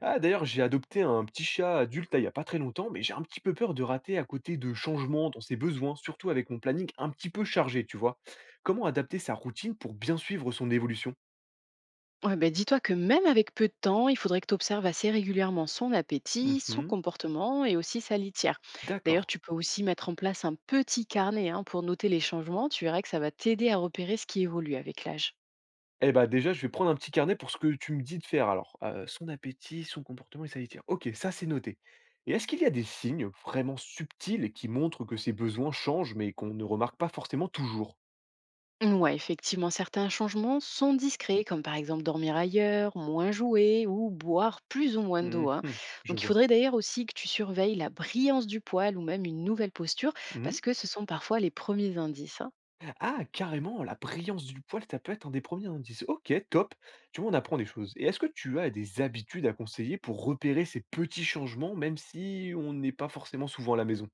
Ah, d'ailleurs, j'ai adopté un petit chat adulte là, il y a pas très longtemps, mais j'ai un petit peu peur de rater à côté de changements dans ses besoins, surtout avec mon planning un petit peu chargé, tu vois. Comment adapter sa routine pour bien suivre son évolution? Ouais, ben, dis-toi que même avec peu de temps, il faudrait que tu observes assez régulièrement son appétit, son Mhm. comportement et aussi sa litière. D'ailleurs, D'accord. tu peux aussi mettre en place un petit carnet hein, pour noter les changements. Tu verras que ça va t'aider à repérer ce qui évolue avec l'âge. Eh bah déjà, je vais prendre un petit carnet pour ce que tu me dis de faire alors. Son appétit, son comportement et sa litière. Ok, ça c'est noté. Et est-ce qu'il y a des signes vraiment subtils qui montrent que ses besoins changent mais qu'on ne remarque pas forcément toujours? Ouais, effectivement, certains changements sont discrets, comme par exemple dormir ailleurs, moins jouer ou boire plus ou moins d'eau, hein. Mhm. Je Donc il vois. faudrait d'ailleurs aussi que tu surveilles la brillance du poil ou même une nouvelle posture, parce que ce sont parfois les premiers indices, hein. Ah carrément, la brillance du poil, ça peut être un des premiers indices. OK, top. Tu vois, on apprend des choses. Et est-ce que tu as des habitudes à conseiller pour repérer ces petits changements, même si on n'est pas forcément souvent à la maison?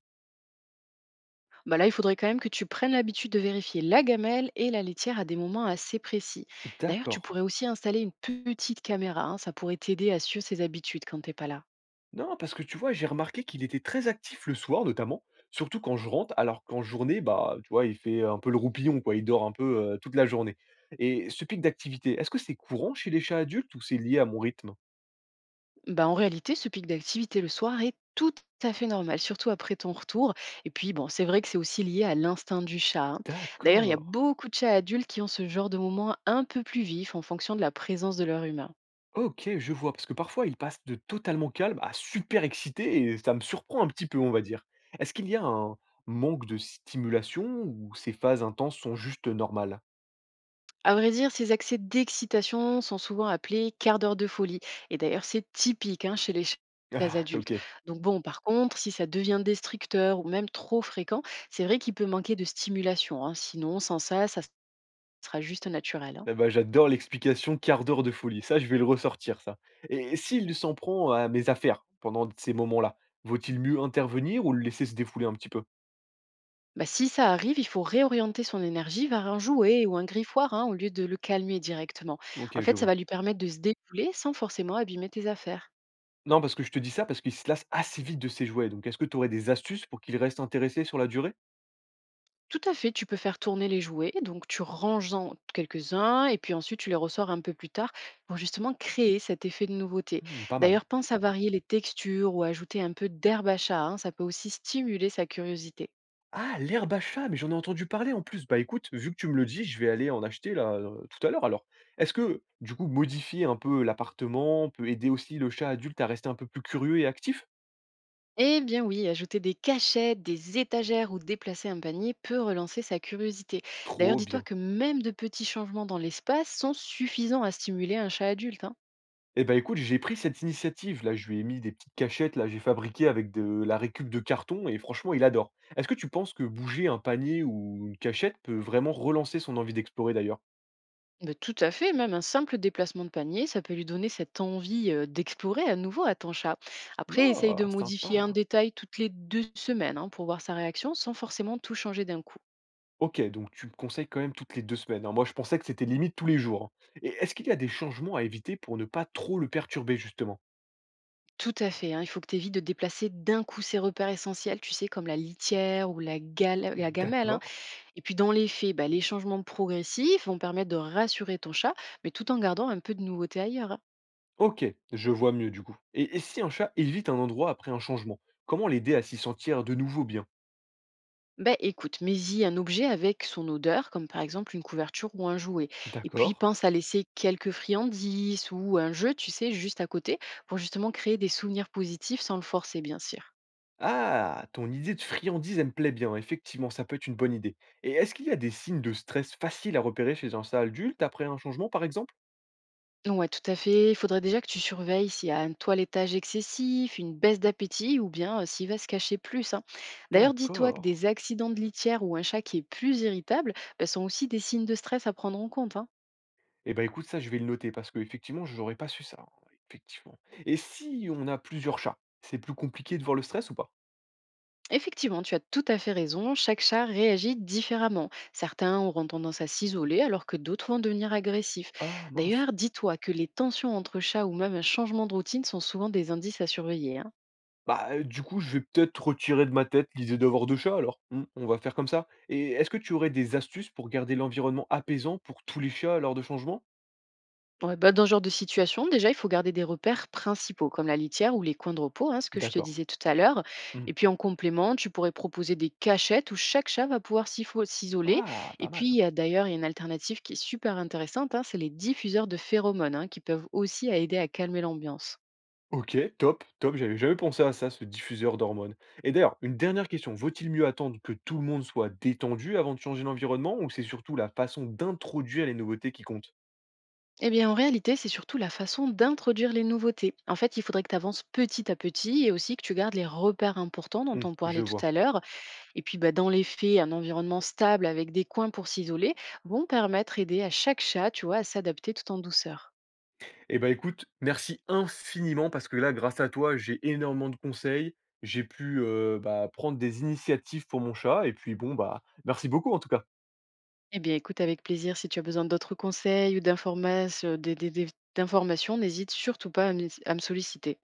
Bah là, il faudrait quand même que tu prennes l'habitude de vérifier la gamelle et la laitière à des moments assez précis. D'ailleurs, tu D'accord. pourrais aussi installer une petite caméra, hein, ça pourrait t'aider à suivre ses habitudes quand t'es pas là. Non, parce que tu vois, j'ai remarqué qu'il était très actif le soir notamment, surtout quand je rentre, alors qu'en journée, bah, tu vois, il fait un peu le roupillon, quoi, il dort un peu, toute la journée. Et ce pic d'activité, est-ce que c'est courant chez les chats adultes ou c'est lié à mon rythme? Bah, en réalité, ce pic d'activité le soir est tout à fait normal, surtout après ton retour. Et puis, bon, c'est vrai que c'est aussi lié à l'instinct du chat, hein. D'ailleurs, il y a D'accord. beaucoup de chats adultes qui ont ce genre de moments un peu plus vifs en fonction de la présence de leur humain. OK, je vois, parce que parfois il passe de totalement calme à super excité et ça me surprend un petit peu, on va dire. Est-ce qu'il y a un manque de stimulation ou ces phases intenses sont juste normales? À vrai dire, ces accès d'excitation sont souvent appelés quart d'heure de folie. Et d'ailleurs, c'est typique hein, chez les chats Ah, adultes. OK. Donc bon, par contre, si ça devient destructeur ou même trop fréquent, c'est vrai qu'il peut manquer de stimulation, hein. Sinon, sans ça, ça sera juste naturel, hein. Ah bah, j'adore l'explication quart d'heure de folie, ça je vais le ressortir ça. Et s'il s'en prend à mes affaires pendant ces moments-là, vaut-il mieux intervenir ou le laisser se défouler un petit peu? Bah, si ça arrive, il faut réorienter son énergie vers un jouet ou un griffoir hein, au lieu de le calmer directement. OK, En je fait, ça vois. va lui permettre de se défouler sans forcément abîmer tes affaires. Non, parce que je te dis ça parce qu'il se lasse assez vite de ses jouets, donc est-ce que tu aurais des astuces pour qu'il reste intéressé sur la durée? Tout à fait, tu peux faire tourner les jouets, donc tu ranges-en quelques-uns et puis ensuite tu les ressors un peu plus tard pour justement créer cet effet de nouveauté. Hmm, pas mal. D'ailleurs, pense à varier les textures ou à ajouter un peu d'herbe à chat, hein, ça peut aussi stimuler sa curiosité. Ah, l'herbe à chat, mais j'en ai entendu parler en plus. Bah écoute, vu que tu me le dis, je vais aller en acheter là tout à l'heure. Alors, est-ce que du coup, modifier un peu l'appartement peut aider aussi le chat adulte à rester un peu plus curieux et actif? Eh bien oui, ajouter des cachettes, des étagères ou déplacer un panier peut relancer sa curiosité. D'ailleurs, Trop dis-toi bien. que même de petits changements dans l'espace sont suffisants à stimuler un chat adulte, hein. Eh bah écoute, j'ai pris cette initiative. Là, je lui ai mis des petites cachettes, là, j'ai fabriqué avec de la récup de carton et franchement, il adore. Est-ce que tu penses que bouger un panier ou une cachette peut vraiment relancer son envie d'explorer d'ailleurs? Mais tout à fait, même un simple déplacement de panier, ça peut lui donner cette envie d'explorer à nouveau à ton chat. Après, essaye de Ah, modifier un sympa. détail toutes les deux semaines hein, pour voir sa réaction sans forcément tout changer d'un coup. OK, donc tu me conseilles quand même toutes les 2 semaines, hein. Moi, je pensais que c'était limite tous les jours, hein. Et est-ce qu'il y a des changements à éviter pour ne pas trop le perturber, justement? Tout à fait, hein, il faut que tu évites de déplacer d'un coup ses repères essentiels, tu sais, comme la litière ou la gamelle, hein. D'accord. Et puis dans les faits, bah, les changements progressifs vont permettre de rassurer ton chat, mais tout en gardant un peu de nouveauté ailleurs, hein. OK, je vois mieux du coup. Et si un chat évite un endroit après un changement, comment l'aider à s'y sentir de nouveau bien? Ben, écoute, mets-y un objet avec son odeur, comme par exemple une couverture ou un jouet. Et D'accord. puis pense à laisser quelques friandises ou un jeu, tu sais, juste à côté, pour justement créer des souvenirs positifs sans le forcer, bien sûr. Ah, ton idée de friandise, elle me plaît bien, effectivement, ça peut être une bonne idée. Et est-ce qu'il y a des signes de stress faciles à repérer chez un chat adulte après un changement, par exemple? Ouais, tout à fait. Il faudrait déjà que tu surveilles s'il y a un toilettage excessif, une baisse d'appétit ou bien s'il va se cacher plus, hein. D'ailleurs, dis-toi que D'accord. des accidents de litière ou un chat qui est plus irritable ben, sont aussi des signes de stress à prendre en compte, hein. Eh ben, écoute, ça, je vais le noter parce que effectivement, je n'aurais pas su ça, hein, effectivement. Et si on a plusieurs chats, c'est plus compliqué de voir le stress ou pas? Effectivement, tu as tout à fait raison. Chaque chat réagit différemment. Certains auront tendance à s'isoler alors que d'autres vont devenir agressifs. Ah mince. D'ailleurs, dis-toi que les tensions entre chats ou même un changement de routine sont souvent des indices à surveiller, hein. Bah, du coup, je vais peut-être retirer de ma tête l'idée d'avoir 2 chats alors. Mmh, on va faire comme ça. Et est-ce que tu aurais des astuces pour garder l'environnement apaisant pour tous les chats lors de changements? Ouais, bah, dans ce genre de situation, déjà, il faut garder des repères principaux, comme la litière ou les coins de repos, hein, ce que je te D'accord. disais tout à l'heure. Mmh. Et puis en complément, tu pourrais proposer des cachettes où chaque chat va pouvoir s'isoler. Ah, Et pas mal. puis, il y a une alternative qui est super intéressante, hein, c'est les diffuseurs de phéromones, hein, qui peuvent aussi aider à calmer l'ambiance. OK, top, top, j'avais jamais pensé à ça, ce diffuseur d'hormones. Et d'ailleurs, une dernière question, vaut-il mieux attendre que tout le monde soit détendu avant de changer l'environnement ou c'est surtout la façon d'introduire les nouveautés qui compte? Eh bien, en réalité, c'est surtout la façon d'introduire les nouveautés. En fait, il faudrait que tu avances petit à petit et aussi que tu gardes les repères importants dont Hmm, on je parlait tout vois. à l'heure. Et puis, bah, dans les faits, un environnement stable avec des coins pour s'isoler vont permettre d'aider à chaque chat, tu vois, à s'adapter tout en douceur. Eh ben écoute, merci infiniment parce que là, grâce à toi, j'ai énormément de conseils, j'ai pu bah, prendre des initiatives pour mon chat et puis bon, bah merci beaucoup en tout cas. Eh bien, écoute avec plaisir, si tu as besoin d'autres conseils ou d'informations, n'hésite surtout pas à me solliciter.